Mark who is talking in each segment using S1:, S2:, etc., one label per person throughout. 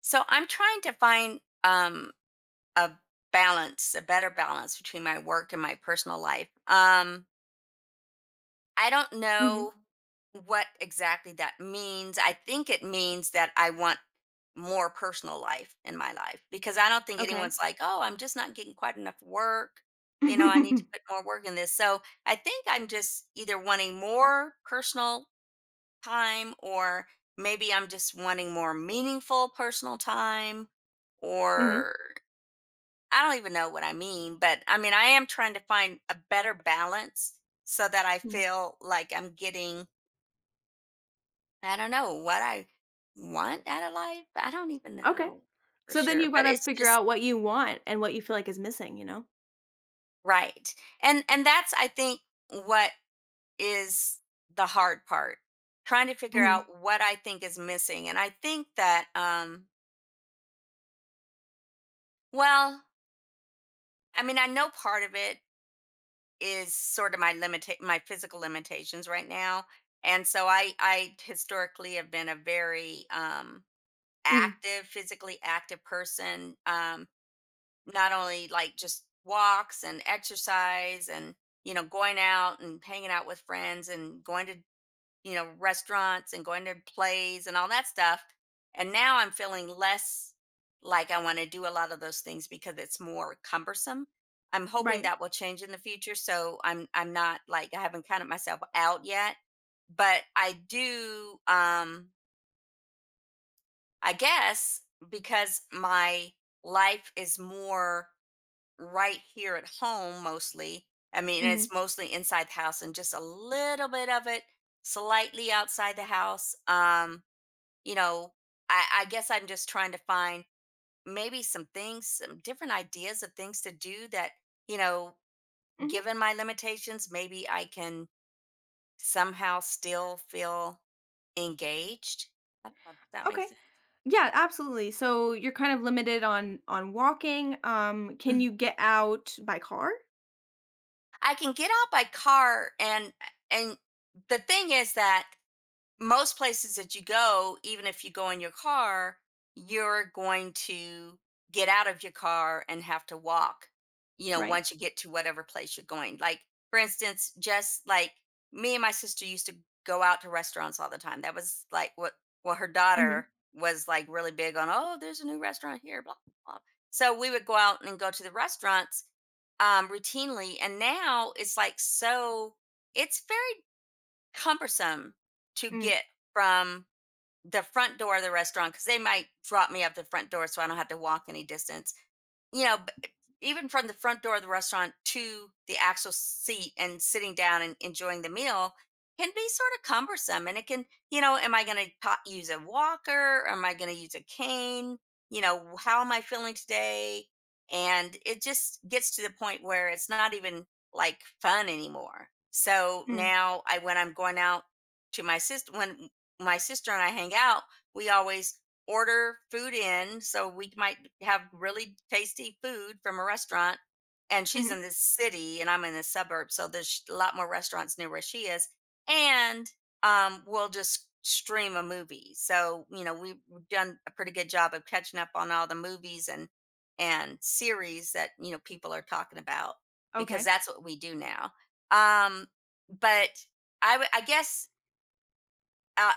S1: So I'm trying to find a balance, a better balance between my work and my personal life. I don't
S2: Mhm.
S1: know what exactly that means. I think it means that I want more personal life in my life because I don't think
S2: Okay.
S1: anyone's like, "Oh, I'm just not getting quite enough work." You know, I need to put more work in this. So I think I'm just either wanting more personal time or maybe I'm just wanting more meaningful personal time
S2: Mhm.
S1: or I don't even know what I mean, but I mean I am trying to find a better balance so that I
S2: Mm.
S1: feel like I'm getting I don't know what I want out of life. I don't even
S2: Okay.
S1: know for
S2: So then
S1: sure,
S2: you've
S1: but
S2: gotta
S1: it's
S2: figure
S1: just
S2: out what you want and what you feel like is missing, you know?
S1: right. And that's I think what is the hard part trying to figure
S2: Mhm.
S1: out what I think is missing. And I think that well, I mean, I know part of it is sort of my my physical limitations right now. And so I historically have been a very
S2: Mhm.
S1: active, physically active person. Not only like just walks and exercise and you know going out and hanging out with friends and going to you know, restaurants and going to plays and all that stuff. And now I'm feeling less like I want to do a lot of those things because it's more cumbersome. I'm hoping
S2: Right.
S1: that will change in the future. So I'm not like I haven't counted myself out yet, but I do I guess because my life is more right here at home mostly. I mean,
S2: Mhm.
S1: it's mostly inside the house and just a little bit of it slightly outside the house. You know, I guess I'm just trying to find maybe some things, some different ideas of things to do that, you know,
S2: Mhm.
S1: given my limitations, maybe I can somehow still feel engaged. I don't know if that
S2: Okay.
S1: makes sense.
S2: Yeah, absolutely. So you're kind of limited on walking. Can
S1: Mhm.
S2: you get out by car?
S1: I can get out by car and the thing is that most places that you go, even if you go in your car, you're going to get out of your car and have to walk, you know,
S2: Right.
S1: once you get to whatever place you're going. Like, for instance, just like me and my sister used to go out to restaurants all the time. That was like what, well, her
S2: Mhm.
S1: daughter was like really big on, oh, there's a new restaurant here, blah, blah. So we would go out and go to the restaurants routinely. And now it's like so, it's very cumbersome to
S2: Mm.
S1: get from the front door of the restaurant because they might drop me up the front door so I don't have to walk any distance you know, even from the front door of the restaurant to the actual seat and sitting down and enjoying the meal can be sort of cumbersome. And it can, you know, am I going to use a walker? Am I going to use a cane? You know, how am I feeling today? And it just gets to the point where it's not even like fun anymore. So
S2: Mm.
S1: now I, when I'm going out to my sister, when my sister and I hang out, we always order food in. So we might have really tasty food from a restaurant. And she's
S2: Mhm.
S1: in the city and I'm in the suburbs. So there's a lot more restaurants near where she is. And we'll just stream a movie. So, you know, we've done a pretty good job of catching up on all the movies and series that, you know, people are talking about because
S2: Okay.
S1: that's what we do now. Um, but I guess uh,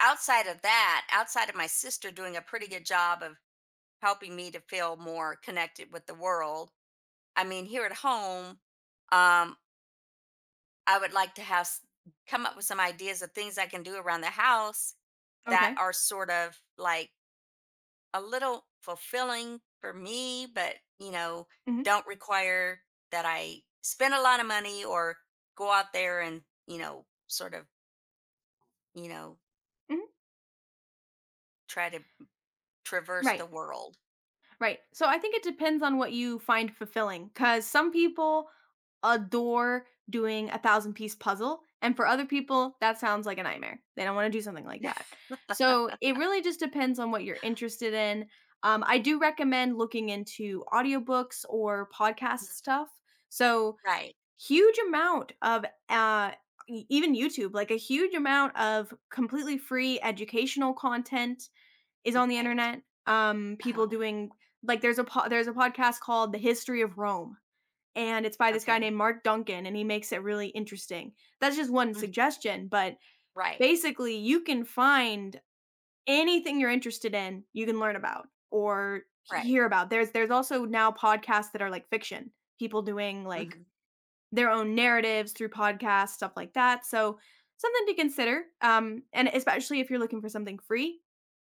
S1: outside of that, outside of my sister doing a pretty good job of helping me to feel more connected with the world, I mean, here at home, um, I would like to have come up with some ideas of things I can do around the house that
S2: Okay.
S1: are sort of like a little fulfilling for me, but you know,
S2: Mhm.
S1: don't require that I spend a lot of money or go out there and, you know, sort of, you know,
S2: Mhm.
S1: try to traverse
S2: Right.
S1: the world.
S2: Right. So I think it depends on what you find fulfilling because some people adore doing a thousand piece puzzle. And for other people, that sounds like a nightmare. They don't want to do something like that. So it really just depends on what you're interested in. I do recommend looking into audiobooks or podcast stuff. So,
S1: Right.
S2: huge amount of e- even YouTube, like a huge amount of completely free educational content is on the
S1: Right.
S2: internet. People
S1: Uh-huh,
S2: doing like there's a podcast called The History of Rome, and it's by this guy
S1: okay.
S2: named Mark Duncan, and he makes it really interesting. That's just one
S1: Mhm,
S2: suggestion, but
S1: right,
S2: basically, you can find anything you're interested in. You can learn about or
S1: right.
S2: hear about. There's also now podcasts that are like fiction. People doing like
S1: Mhm,
S2: their own narratives through podcasts, stuff like that. So something to consider. And especially if you're looking for something free,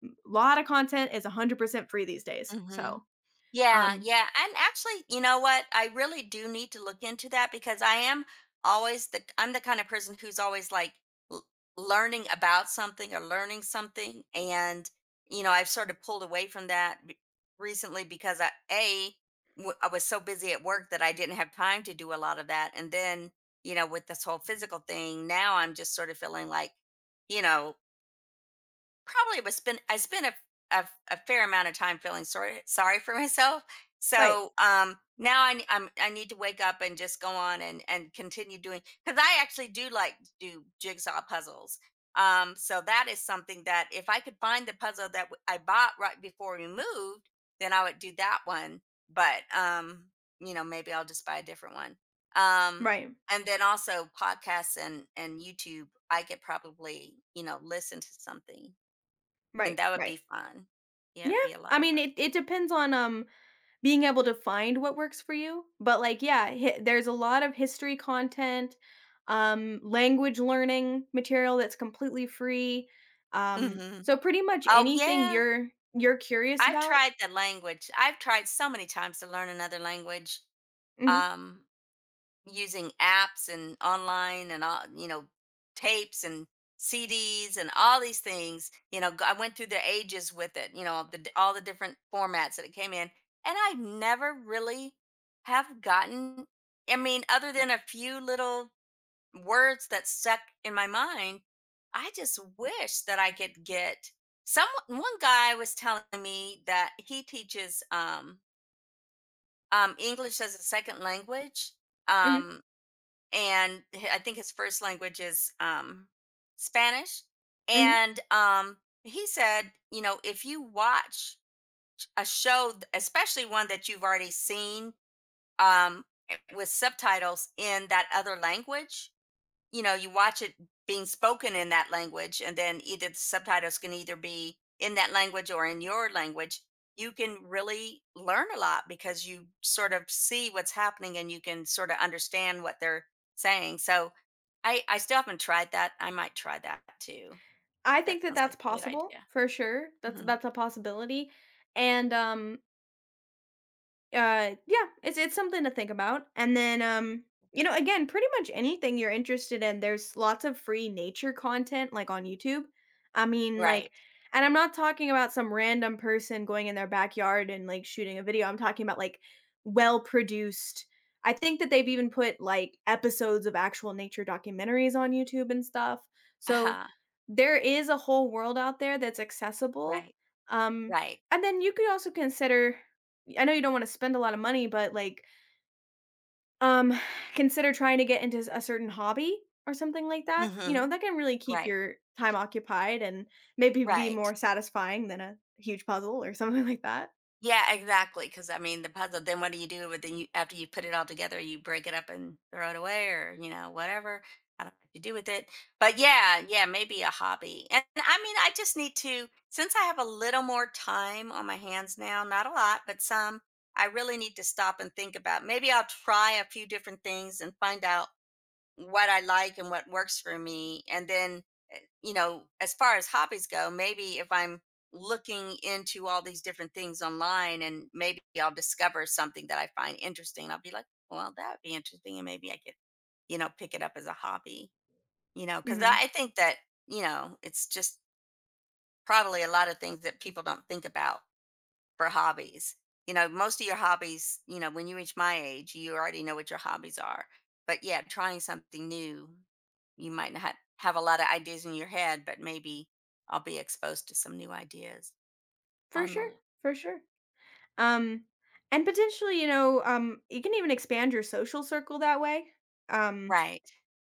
S2: a lot of content is 100% free these days.
S1: mhm. Yeah,
S2: Um
S1: yeah, and actually, you know what? I really do need to look into that because I am always the I'm the kind of person who's always, like, l learning about something or learning something, and, you know, I've sort of pulled away from that b recently because I A, w I was so busy at work that I didn't have time to do a lot of that, and then, you know, with this whole physical thing, now I'm just sort of feeling like, you know probably was been I spent a fair amount of time feeling sorry for myself.
S2: right.
S1: So, now I need to wake up and just go on and continue doing because I actually do like to do jigsaw puzzles. So that is something that if I could find the puzzle that I bought right before we moved, then I would do that one. But you know, maybe I'll just buy a different one. Um,
S2: Right.
S1: and then also podcasts and YouTube, I could probably you know listen to something and
S2: Right.
S1: that would be
S2: Right.
S1: fun. Yeah,
S2: Yeah.
S1: it'd be a
S2: I
S1: lot of
S2: mean,
S1: fun.
S2: it depends on being able to find what works for you, but like yeah, hi there's a lot of history content, language learning material that's completely free.
S1: Mhm.
S2: So pretty much
S1: Oh,
S2: anything
S1: yeah.
S2: you're curious
S1: I've
S2: about.
S1: tried the language. I've tried so many times to learn another language,
S2: Mhm.
S1: um, using apps and online and all, you know, tapes and CDs and all these things. You know, I went through the ages with it, you know, all the different formats that it came in. And I never really have gotten, I mean, other than a few little words that stuck in my mind. I just wish that I could get some one guy was telling me that he teaches English as a second language.
S2: Mhm.
S1: Um and I think his first language is Spanish.
S2: Mhm.
S1: And he said, you know, if you watch a show, especially one that you've already seen um with subtitles in that other language, you know, you watch it being spoken in that language, and then either the subtitles can either be in that language or in your language, you can really learn a lot because you sort of see what's happening and you can sort of understand what they're saying. So I still haven't tried that. I might try that too.
S2: I
S1: That
S2: think that
S1: sounds like
S2: that's
S1: a good idea.
S2: possible for sure. That's
S1: Mhm.
S2: that's a possibility. And uh, yeah, it's something to think about. And then you know, again, pretty much anything you're interested in, there's lots of free nature content like on YouTube. I mean, like
S1: Right.
S2: and I'm not talking about some random person going in their backyard and like shooting a video. I'm talking about like well produced. I think that they've even put like episodes of actual nature documentaries on YouTube and stuff.
S1: Uh
S2: So
S1: huh.
S2: there is a whole world out there that's accessible.
S1: Right.
S2: Um,
S1: Right.
S2: and then you could also consider I know you don't wanna spend a lot of money, but, like, um, consider trying to get into s a certain hobby or something like that, you
S1: Hmm.
S2: know, that can really keep
S1: Right.
S2: your time occupied and maybe be
S1: Right.
S2: more satisfying than a huge puzzle or something like that.
S1: Yeah, exactly. Because I mean, the puzzle. Then what do you do with then you after you put it all together? You break it up and throw it away, or you know, whatever. I don't know what you do with it. But yeah, yeah, maybe a hobby. And I mean, I just need to since I have a little more time on my hands now. Not a lot, but some. I really need to stop and think about. Maybe I'll try a few different things and find out what I like and what works for me. And then, eh, you know, as far as hobbies go, maybe if I'm looking into all these different things online and maybe I'll discover something that I find interesting, I'll be like, well, that would be interesting. And maybe I could, you know, pick it up as a hobby, you know, because I
S2: Mhm.
S1: I think that, you know, it's just probably a lot of things that people don't think about for hobbies. You know, most of your hobbies, you know, when you reach my age, you already know what your hobbies are. But yeah, trying something new, you might not have a lot of ideas in your head, but maybe I'll be exposed to some new ideas
S2: For sure,
S1: online.
S2: for sure. Um, and potentially, you know, you can even expand your social circle that way. Um
S1: Right.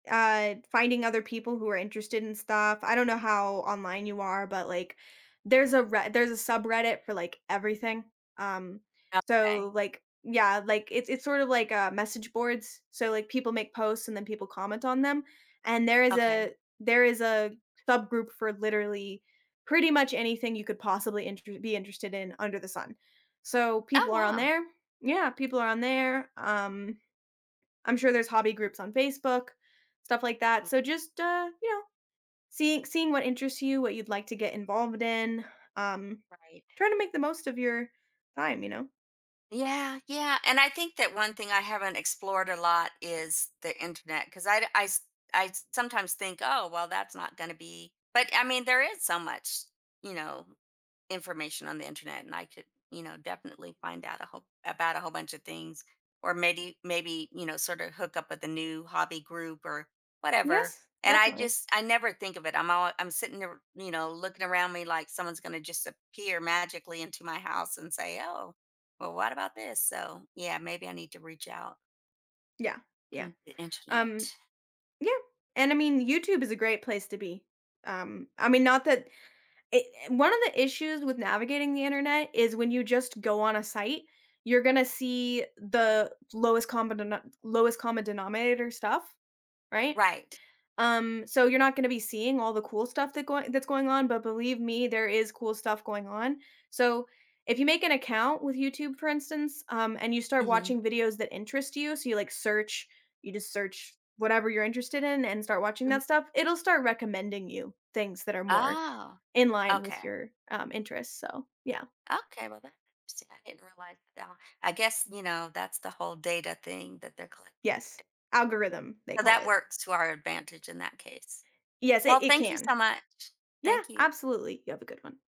S2: Finding other people who are interested in stuff. I don't know how online you are, but, like, there's a subreddit for, like, everything. Um,
S1: Okay.
S2: so, like yeah, like, it's sort of like, message boards. So, like, people make posts and then people comment on them, and there is
S1: Okay.
S2: a there is a subgroup for literally pretty much anything you could possibly inter be interested in under the sun. So,
S1: Oh,
S2: people are on
S1: wow.
S2: there. Yeah, people are on there, I'm sure there's hobby groups on Facebook, stuff like that.
S1: Mm,
S2: So just you know, seeing what interests you, what you'd like to get involved in, um,
S1: right.
S2: trying to make the most of your time, you know.
S1: Yeah. Yeah. And I think that one thing I haven't explored a lot is the internet because I sometimes think, oh, well, that's not going to be, but I mean, there is so much, you know, information on the internet and I could, you know, definitely find out a whole about a whole bunch of things or maybe, you know, sort of hook up with a new hobby group or whatever.
S2: Yes,
S1: And I
S2: definitely.
S1: just I never think of it. I'm all I'm sitting there, you know, looking around me like someone's gonna just appear magically into my house and say, oh, well, what about this? So yeah, maybe I need to reach out
S2: Yeah, yeah.
S1: to the
S2: Um,
S1: internet.
S2: yeah. And I mean, YouTube is a great place to be. I mean, not that it, one of the issues with navigating the internet is when you just go on a site, you're gonna see the lowest lowest common denominator stuff, right?
S1: Right.
S2: So you're not gonna be seeing all the cool stuff that going that's going on, but believe me, there is cool stuff going on. So if you make an account with YouTube, for instance, and you start
S1: Hmm.
S2: watching videos that interest you, so you like search, you just search whatever you're interested in and start watching that stuff, it'll start recommending you things that are more
S1: Oh,
S2: in line
S1: okay.
S2: with your interests. So yeah,
S1: Okay, well, that's interesting. I didn't realize that. I guess, you know, that's the whole data thing that they're collecting.
S2: yes, algorithm they
S1: So
S2: call
S1: that
S2: it.
S1: works to our advantage in that case.
S2: Yes,
S1: Well,
S2: it
S1: thank you
S2: can.
S1: so much.
S2: Yeah,
S1: Thank you.
S2: absolutely. You have a good one.